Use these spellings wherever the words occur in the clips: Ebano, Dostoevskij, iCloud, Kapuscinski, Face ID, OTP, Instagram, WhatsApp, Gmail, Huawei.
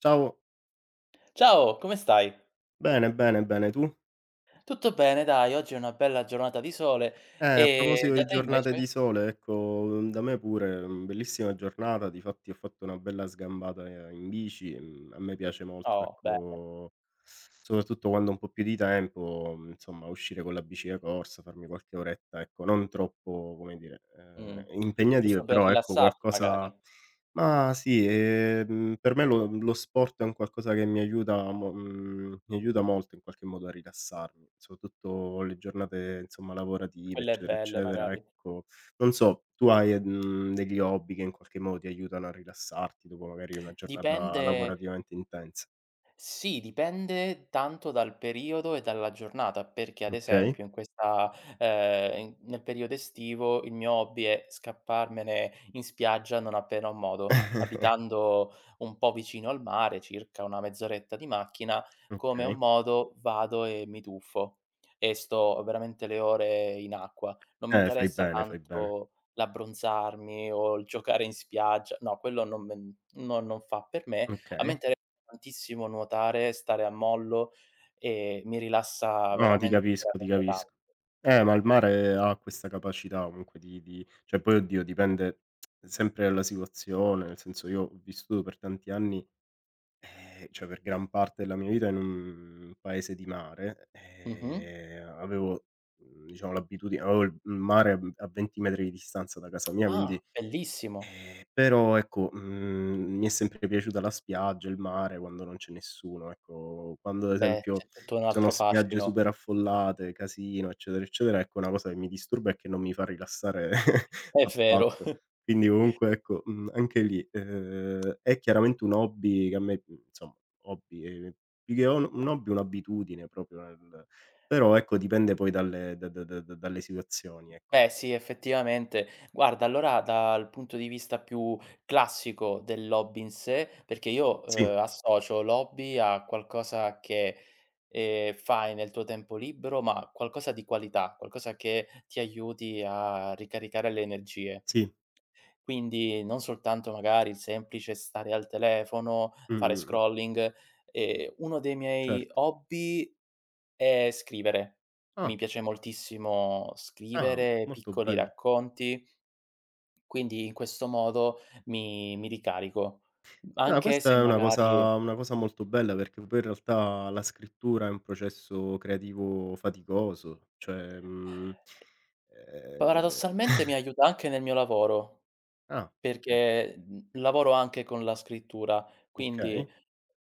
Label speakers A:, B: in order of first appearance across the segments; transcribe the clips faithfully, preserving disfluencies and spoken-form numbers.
A: Ciao.
B: Ciao, come stai?
A: Bene, bene, bene, tu?
B: Tutto bene dai, oggi è una bella giornata di sole,
A: Eh, a
B: e
A: proposito
B: da
A: di
B: te
A: giornate
B: invece?
A: di sole, ecco, uhm, da me pure, mhmm, bellissima giornata, difatti ho fatto una bella sgambata, ehm, in bici, mhmm, a me piace molto,
B: Oh bene,
A: ecco, soprattutto quando ho un po' più di tempo, mhmm, insomma, uscire con la bici da corsa, farmi qualche oretta, ecco, non troppo, come dire,
B: mh,
A: ehm, impegnative,
B: giusto per
A: però ecco
B: rilassarti
A: qualcosa.
B: magari,
A: Ma sì, ehm, per me lo lo sport è un qualcosa che mi aiuta mo mhmm, mi aiuta molto in qualche modo a rilassarmi, soprattutto le giornate, insomma, lavorative,
B: quelle
A: eccetera,
B: belle
A: eccetera,
B: magari.
A: ecco. Non so, tu hai, mhmm, degli hobby che in qualche modo ti aiutano a rilassarti dopo magari una giornata
B: Dipende.
A: lavorativamente intensa?
B: Sì, dipende tanto dal periodo e dalla giornata, perché ad
A: Okay.
B: esempio in questa ehm, in nel periodo estivo il mio hobby è scapparmene in spiaggia non appena ho modo. Abitando un po' vicino al mare, circa una mezz'oretta di macchina, come ho
A: Okay.
B: modo vado e mi tuffo e sto veramente le ore in acqua. Non mi
A: Eh, fai
B: interessa
A: bene, fai bene.
B: tanto l'abbronzarmi o il giocare in spiaggia, no, quello non me non non fa per me. A me
A: Okay.
B: intere tantissimo nuotare, stare a mollo e mi rilassa
A: No, ti
B: veramente,
A: capisco, ti
B: veramente tan
A: capisco. Eh, ma il mare ha questa capacità comunque di di cioè poi oddio dipende sempre dalla situazione, nel senso io ho vissuto per tanti anni, ehm, cioè per gran parte della mia vita in un paese di mare,
B: mh-mh.
A: ehm, avevo, mhmm, diciamo l'abitudine, avevo il il mare a a venti metri di distanza da casa mia,
B: Ah,
A: quindi.
B: bellissimo.
A: Ehm, però ecco, mhmm, mi è sempre piaciuta la spiaggia, il mare quando non c'è nessuno, ecco. Quando ad
B: Beh,
A: esempio
B: c'è
A: ci
B: tutto un
A: sono
B: altro
A: spiagge
B: fascino.
A: super affollate, casino, eccetera, eccetera, ecco una cosa che mi disturba e che non mi fa rilassare
B: È vero.
A: affatto. Quindi comunque ecco, mhmm, anche lì, ehm, è chiaramente un hobby che a me, mhmm, insomma hobby, ehm, più che on un hobby, un'abitudine proprio nel, però ecco dipende poi dalle da da da dalle situazioni, ecco.
B: Beh sì, effettivamente. Guarda, allora dal punto di vista più classico dell'hobby in sé, perché io,
A: Sì,
B: uhm, associo l'hobby a qualcosa che, ehm, fai nel tuo tempo libero, ma qualcosa di qualità, qualcosa che ti aiuti a ricaricare le energie.
A: sì.
B: Quindi non soltanto magari il semplice stare al telefono,
A: Mh,
B: fare
A: mh, mh.
B: scrolling. Ehm, uno dei miei
A: Certo.
B: hobby è scrivere.
A: Ah.
B: Mi piace moltissimo
A: Ah,
B: scrivere
A: molto
B: piccoli
A: bello.
B: racconti, quindi in questo modo mi mi ricarico.
A: No,
B: Anche se
A: questa è una
B: magari
A: cosa una cosa molto bella, perché poi in realtà la scrittura è un processo creativo faticoso, cioè, mhmm, ehm
B: paradossalmente mi aiuta anche nel mio lavoro,
A: ah, okay,
B: perché, mhmm, lavoro anche con la scrittura, quindi
A: okay.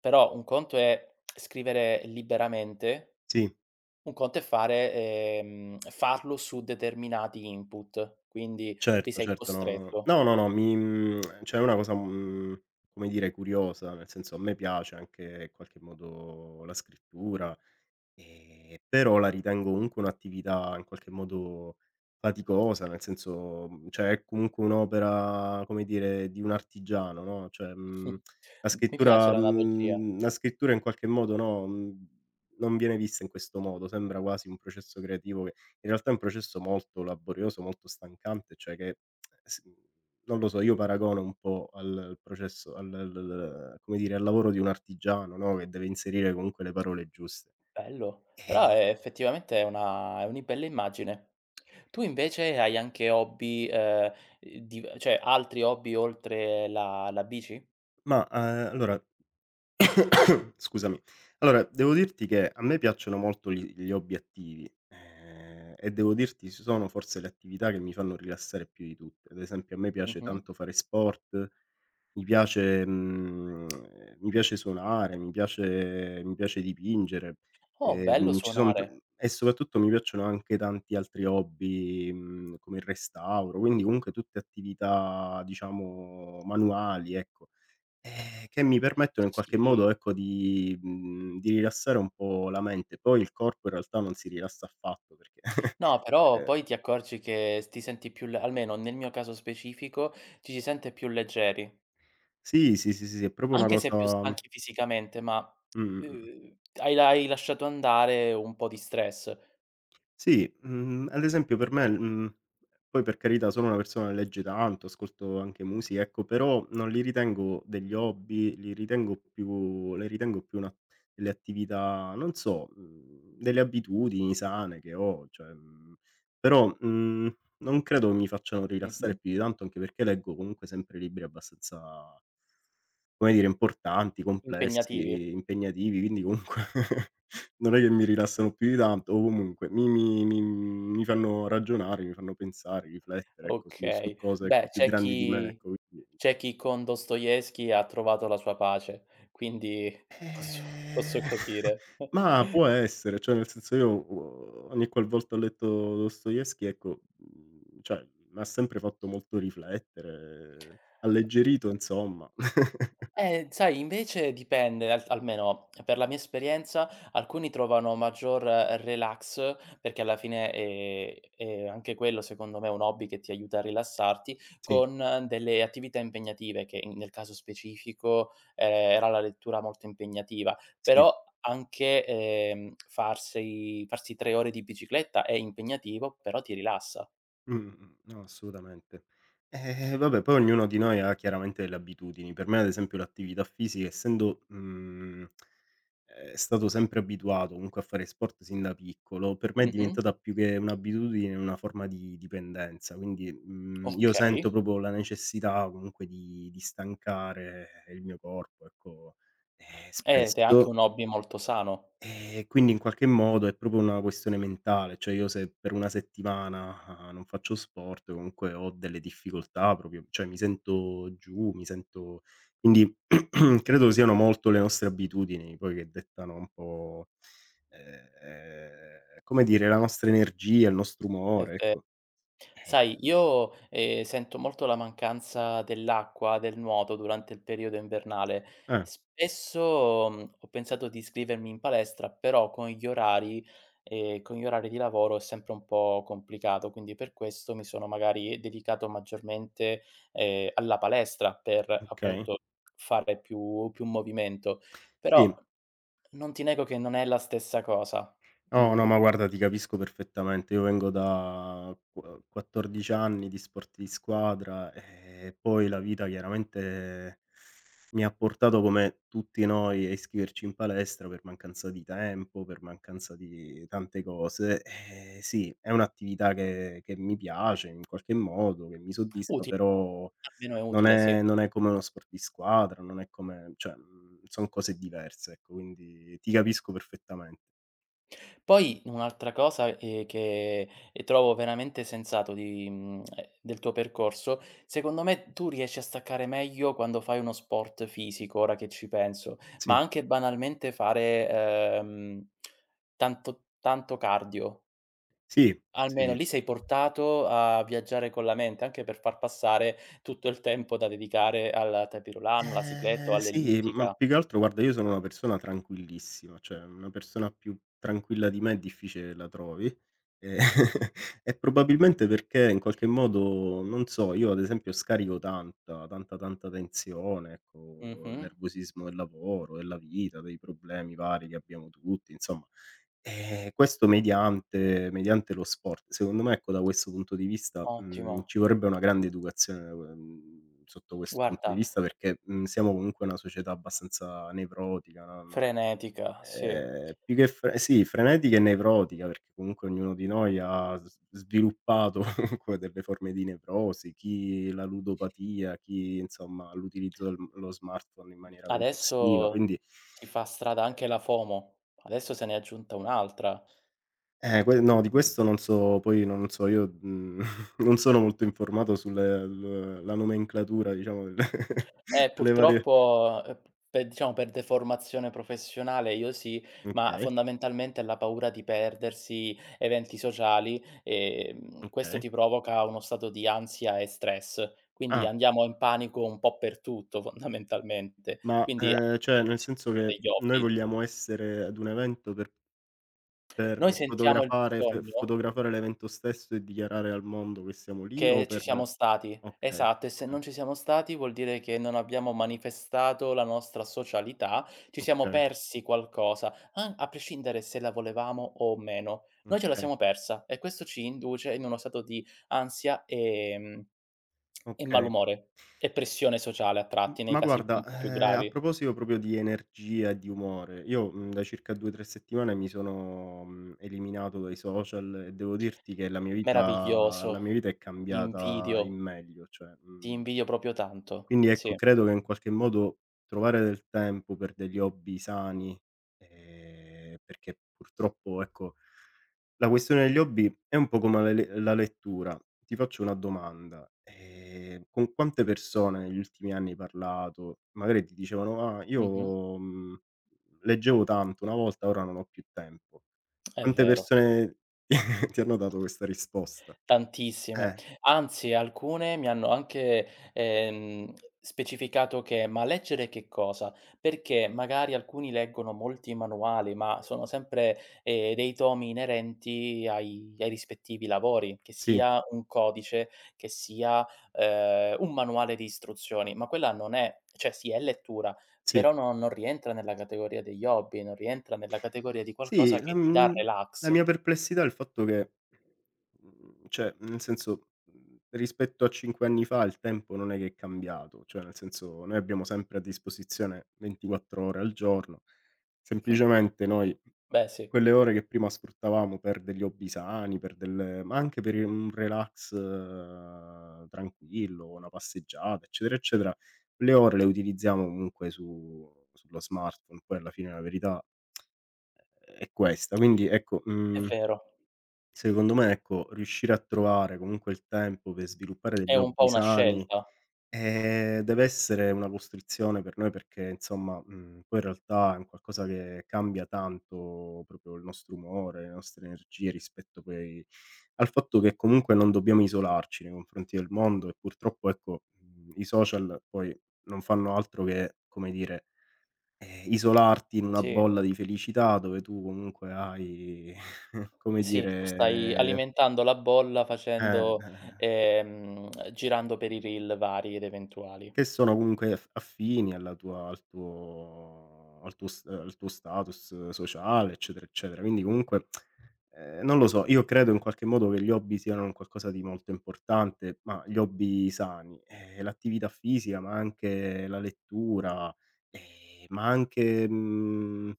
B: però un conto è scrivere liberamente.
A: Sì,
B: Un conto è fare, ehm, farlo su determinati input, quindi li
A: certo,
B: sei
A: certo, no, no,
B: costretto.
A: no, no, no, mi mhmm, cioè è una cosa, mhmm, come dire curiosa, nel senso a me piace anche in qualche modo la scrittura. Ehm, però la ritengo comunque un'attività in qualche modo faticosa, nel senso, mhmm, cioè è comunque un'opera, come dire, di un artigiano, no, cioè, mhmm, la
B: Mh. Mi piace
A: scrittura
B: l'analogia,
A: mhmm, la scrittura in qualche modo, no, mhmm, non viene vista in questo modo, sembra quasi un processo creativo che in realtà è un processo molto laborioso, molto stancante, cioè che eh, s mhmm, non lo so, io paragono un po' al al processo al l l come dire, al lavoro di un artigiano, no, che deve inserire comunque le parole giuste.
B: bello, però
A: Ehm,
B: è effettivamente è una è una bella immagine. Tu invece hai anche hobby, ehm, div cioè altri hobby oltre la la bici?
A: ma, ehm, allora scusami. Allora, devo dirti che a me piacciono molto gli gli hobby attivi, ehm, e devo dirti s sono forse le attività che mi fanno rilassare più di tutte. Ad esempio a me piace
B: Mh-mh.
A: tanto fare sport, mi piace mhmm, mi piace suonare, mi piace mi piace dipingere,
B: Oh, bello
A: ehm, ci son t
B: suonare.
A: e soprattutto mi piacciono anche tanti altri hobby, mhmm, come il restauro, quindi comunque tutte attività diciamo manuali, ecco. Ehm, che mi permettono in qualche modo,
B: Sì.
A: ecco, di mhmm, di rilassare un po' la mente. Poi il corpo in realtà non si rilassa affatto perché
B: No, però
A: ehm,
B: poi ti accorgi che s ti senti più le almeno nel mio caso specifico, ci si sente più leggeri.
A: sì, sì, sì, sì, sì, è proprio una
B: Anche se più
A: cosa mh,
B: stanchi fisicamente, ma,
A: mh, mh.
B: uhm, hai la hai lasciato andare un po' di stress.
A: Sì, mhmm, ad esempio per me mhmm, poi per carità sono una persona che legge tanto, ascolto anche musica, ecco, però non li ritengo degli hobby, li ritengo più le ritengo più una delle attività, non so, mhmm, delle abitudini sane che ho, cioè, mhmm, però, mhmm, non credo mi facciano
B: Mh-mh.
A: rilassare più di tanto, anche perché leggo comunque sempre libri abbastanza come dire, importanti,
B: Impegnativi.
A: complessi, impegnativi, quindi comunque non è che mi rilassano più di tanto, o comunque mi mi mi mi fanno ragionare, mi fanno pensare, riflettere, ecco, su su
B: Okay.
A: cose, ecco,
B: Beh,
A: più
B: c'è
A: grandi di me,
B: chi
A: ecco, quindi.
B: c'è chi con Dostoevskij ha trovato la sua pace, quindi posso
A: Ehm,
B: posso capire.
A: ma può essere, cioè nel senso io o ogni qualvolta ho letto Dostoevskij, ecco, mhmm, cioè m'ha sempre fatto molto riflettere, alleggerito insomma.
B: Eh, sai invece dipende, al almeno per la mia esperienza, alcuni trovano maggior eh, relax, perché alla fine è è anche quello secondo me un hobby che ti aiuta a rilassarti,
A: Sì,
B: con eh, delle attività impegnative che in nel caso specifico, ehm, era la lettura molto impegnativa.
A: sì.
B: Però anche, ehm, farsi farsi tre ore di bicicletta è impegnativo, però ti rilassa.
A: Mh, mh, no, assolutamente. Eh, vabbè, poi ognuno di noi ha chiaramente delle abitudini. Per me, ad esempio, l'attività fisica, essendo, mhmm, ehm, stato sempre abituato comunque a fare sport sin da piccolo, per me è
B: Mh-mh,
A: diventata più che un'abitudine, una forma di dipendenza. Quindi, mhmm, io
B: okay.
A: sento proprio la necessità comunque di di stancare il mio corpo, ecco. E
B: Eh, ed è anche
A: spesso
B: un hobby molto sano.
A: Ehm, quindi in qualche modo è proprio una questione mentale, cioè io se per una settimana ah, non faccio sport comunque ho delle difficoltà proprio cioè mi sento giù, mi sento, quindi credo siano molto le nostre abitudini poi che dettano un po', ehm, come dire, la nostra energia, il nostro
B: È
A: umore,
B: ve
A: ecco.
B: Sai, io, ehm, sento molto la mancanza dell'acqua, del nuoto durante il periodo invernale.
A: Eh,
B: Spesso, mhmm, ho pensato di iscrivermi in palestra, però con gli orari ehm, con gli orari di lavoro è sempre un po' complicato, quindi per questo mi sono magari dedicato maggiormente, ehm, alla palestra per,
A: okay.
B: appunto, fare più più movimento. Però
A: Sì.
B: non ti nego che non è la stessa cosa.
A: No, no,
B: Mhmm.
A: ma guarda ti capisco perfettamente. Io vengo da qua quattordici anni di sport di squadra, e poi la vita chiaramente mi ha portato come tutti noi a iscriverci in palestra per mancanza di tempo, per mancanza di tante cose. Ehm, sì, è un'attività che che mi piace in qualche modo, che mi soddisfa,
B: Utile,
A: però
B: almeno è
A: non
B: utile, sì.
A: è non è come uno sport di squadra, non è come cioè, mhmm, son cose diverse, ecco, quindi ti capisco perfettamente.
B: Poi un'altra cosa, ehm, che, ehm, trovo veramente sensato di mhmm, ehm, del tuo percorso, secondo me tu riesci a staccare meglio quando fai uno sport fisico, ora che ci penso, ma
A: Sì.
B: anche banalmente fare, ehm, tanto tanto cardio.
A: Sì,
B: Almeno
A: sì.
B: lì sei portato a viaggiare con la mente, anche per far passare tutto il tempo da dedicare al tapis roulant, alla cicletta o
A: Ehm Sì, ma
B: all'ellittica.
A: più che altro guarda io sono una persona tranquillissima, cioè una persona più tranquilla di me è difficile che la trovi, ehm, e probabilmente perché in qualche modo, non so, io ad esempio scarico tanta, tanta, tanta tensione, ecco, il
B: Mh-mh,
A: nervosismo del lavoro, della vita, dei problemi vari che abbiamo tutti, insomma. Ehm, questo mediante mediante lo sport. Secondo me, ecco, da questo punto di vista, mhmm,
B: ottimo.
A: ci vorrebbe una grande educazione, uhm, sotto questo punto di
B: Guarda,
A: vista, perché, mhmm, siamo comunque una società abbastanza nevrotica, no,
B: frenetica, sì.
A: ehm, più che fre sì, frenetica e nevrotica, perché comunque ognuno di noi ha s sviluppato comunque delle forme di nevrosi, chi la ludopatia, chi insomma l'utilizzo del lo smartphone in maniera compulsiva,
B: Adesso
A: quindi.
B: si fa strada anche la FOMO, adesso se n'è aggiunta un'altra.
A: Eh, que No, di questo non so, poi non so io, mhmm, non sono molto informato sulle l la nomenclatura diciamo del
B: Eh,
A: delle varie
B: purtroppo, ehm, pe diciamo per deformazione professionale io sì, ma
A: okay,
B: fondamentalmente è la paura di perdersi eventi sociali, ehm, questo
A: okay.
B: ti provoca uno stato di ansia e stress, quindi
A: Ah,
B: andiamo in panico un po' per tutto fondamentalmente,
A: ma,
B: quindi abbiamo
A: ehm, cioè nel
B: bisogno
A: senso che
B: degli
A: noi
B: hobby.
A: vogliamo essere ad un evento per
B: Noi
A: per
B: sentiamo il
A: fotografare per
B: bisogno.
A: fotografare l'evento stesso e dichiarare al mondo che siamo lì
B: Che
A: o
B: ci
A: per.
B: siamo stati.
A: Okay,
B: Esatto, e se
A: okay,
B: non ci siamo stati vuol dire che non abbiamo manifestato la nostra socialità, ci siamo
A: okay,
B: persi qualcosa, an a prescindere se la volevamo o meno. Noi ce la
A: okay,
B: siamo persa e questo ci induce in uno stato di ansia, ehm, e
A: okay.
B: malumore e pressione sociale a
A: M
B: tratti, nei
A: ma
B: casi un
A: guarda,
B: po' più
A: ehm, a
B: gravi.
A: proposito proprio di energia e di umore, io, mhmm, da circa due, tre settimane mi sono, mhmm, eliminato dai social, e devo dirti che la mia vita
B: Meraviglioso,
A: la mia vita è
B: ti
A: cambiata
B: invidio,
A: in meglio, cioè,
B: ti
A: mhmm,
B: invidio proprio tanto.
A: quindi ecco,
B: Sì,
A: credo che in qualche modo trovare del tempo per degli hobby sani, ehm, perché purtroppo ecco la questione degli hobby è un po' come la le la lettura. Ti faccio una domanda: ehm, con quante persone negli ultimi anni hai parlato? Magari ti dicevano: "Ah,
B: mh-mh,
A: io, mhmm, leggevo tanto una volta, ora non ho più tempo."
B: è
A: Quante
B: vero.
A: persone ti hanno dato questa risposta?
B: Tantissime.
A: Eh,
B: Anzi, alcune mi hanno anche, ehm, specificato che: "Ma leggere che cosa?" Perché magari alcuni leggono molti manuali, ma sono sempre, ehm, dei tomi inerenti ai ai rispettivi lavori, che
A: sì,
B: sia un codice, che sia, ehm, un manuale di istruzioni, ma quella non è, cioè, sì, è lettura,
A: sì.
B: però no, non rientra nella categoria degli hobby, non rientra nella categoria di qualcosa
A: Sì, la
B: che ti dà
A: mhmm, la
B: relax.
A: mia perplessità è il fatto che, mhmm, cioè, nel senso, mhmm, rispetto a cinque anni fa il tempo non è che è cambiato, cioè nel senso, noi abbiamo sempre a disposizione ventiquattro ore al giorno,
B: Mh.
A: semplicemente noi
B: Beh sì,
A: quelle ore che prima sfruttavamo per degli hobby sani, per del ma anche per i un relax eh, tranquillo, una passeggiata, eccetera, eccetera, le ore le utilizziamo comunque su sullo smartphone, poi alla fine la verità è questa. Quindi ecco,
B: è
A: mhmm,
B: vero.
A: secondo me ecco, riuscire a trovare comunque il tempo per sviluppare
B: È
A: degli
B: un po'
A: hobby
B: una
A: sani,
B: scelta.
A: ehm, deve essere una costrizione per noi, perché insomma, mhmm, poi in realtà è un qualcosa che cambia tanto proprio il nostro umore, le nostre energie, rispetto poi al fatto che comunque non dobbiamo isolarci nei confronti del mondo, e purtroppo ecco, mhmm, i social poi non fanno altro che, come dire, eh, isolarti in una
B: Sì,
A: bolla di felicità dove tu comunque hai, come
B: sì, tu stai
A: dire,
B: alimentando la bolla
A: eh,
B: facendo
A: eh,
B: ehm, girando per i reel vari ed eventuali.
A: che sono comunque aff affini alla tua al tuo al tuo s al tuo status sociale, eccetera, eccetera. Quindi comunque, ehm, non lo so, io credo in qualche modo che gli hobby siano un qualcosa di molto importante, ma gli hobby sani, ehm, l'attività fisica, ma anche la lettura, ehm, ma anche, mhmm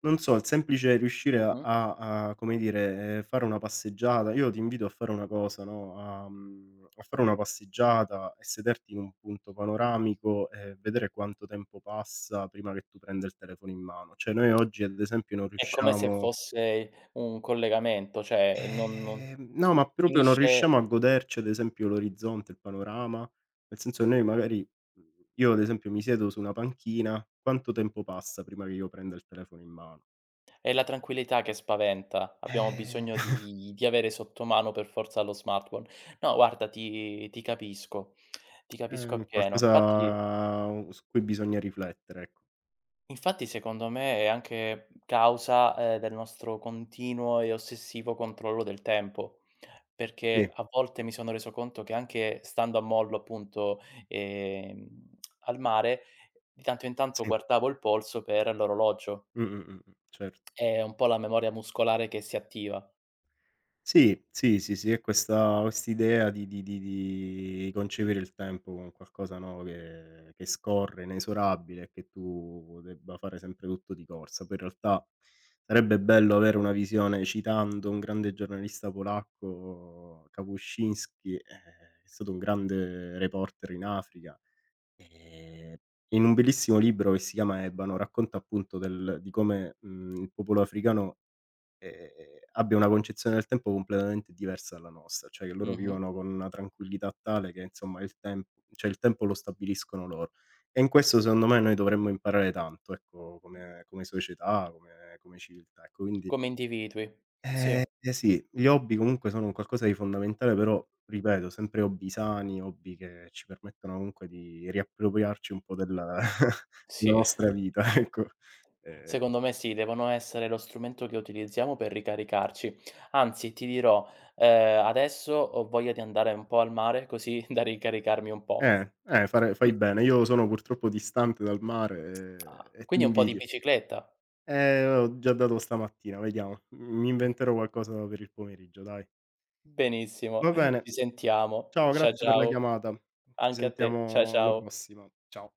A: non so, il semplice riuscire a
B: Mh-mh.
A: a a come dire, ehm, fare una passeggiata. Io ti invito a fare una cosa, no, a mhmm, a fare una passeggiata e sederti in un punto panoramico, e vedere quanto tempo passa prima che tu prenda il telefono in mano. Cioè noi oggi ad esempio non
B: È come se
A: riusciamo,
B: fosse un collegamento, cioè non non
A: ehm, no, ma proprio non
B: finisce.
A: riusciamo a goderci ad esempio l'orizzonte, il panorama, nel senso che noi magari, mhmm, io ad esempio mi siedo su una panchina, quanto tempo passa prima che io prenda il telefono in mano?
B: È la tranquillità che spaventa. Abbiamo
A: Eh
B: bisogno di di avere sotto mano per forza lo smartphone. No guarda, ti ti capisco, ti
A: È
B: capisco
A: un
B: appieno. Infatti
A: qualcosa su cui bisogna riflettere, ecco.
B: Infatti secondo me è anche causa, ehm, del nostro continuo e ossessivo controllo del tempo, perché
A: Sì,
B: a volte mi sono reso conto che anche stando a mollo appunto, ehm, al mare, di tanto in tanto
A: sì.
B: guardavo il polso per l'orologio.
A: Mh, mh, mh, mh, certo.
B: È un po' la memoria muscolare che si attiva.
A: Sì, sì, sì, sì, è questa quest'idea di di di di concepire il tempo con qualcosa, no, che che scorre, inesorabile, e che tu debba fare sempre tutto di corsa. Poi in realtà sarebbe bello avere una visione, citando un grande giornalista polacco, Kapuscinski, ehm, è stato un grande reporter in Africa. Ehm, In un bellissimo libro che si chiama Ebano, racconta appunto del di come, mhmm, il popolo africano, ehm, abbia una concezione del tempo completamente diversa dalla nostra, cioè che loro
B: Mh-mh.
A: vivono con una tranquillità tale che insomma il temp cioè il tempo lo stabiliscono loro. E in questo secondo me noi dovremmo imparare tanto, ecco, come come società, come come civiltà, ecco, quindi
B: Come individui. Sì,
A: eh, eh sì, gli hobby comunque sono un qualcosa di fondamentale, però ripeto, sempre hobby sani, hobby che ci permettono comunque di riappropriarci un po' della della
B: sì.
A: nostra vita, ecco. Ehm,
B: Secondo me sì, devono essere lo strumento che utilizziamo per ricaricarci. Anzi, ti dirò, ehm, adesso ho voglia di andare un po' al mare così da ricaricarmi un po'.
A: eh, eh, fare
B: Mh,
A: fai bene. Io sono purtroppo distante dal mare
B: ah,
A: e e ti
B: quindi un po' di
A: invidio.
B: bicicletta?
A: Eh, ho già dato stamattina, vediamo. Mi inventerò qualcosa per il pomeriggio, dai.
B: Benissimo,
A: Va bene,
B: ci sentiamo.
A: ciao,
B: Cia
A: grazie per la
B: ciao.
A: chiamata. Ci
B: Anche a te. Cia
A: sentiamo alla
B: ciao.
A: prossima. Ciao.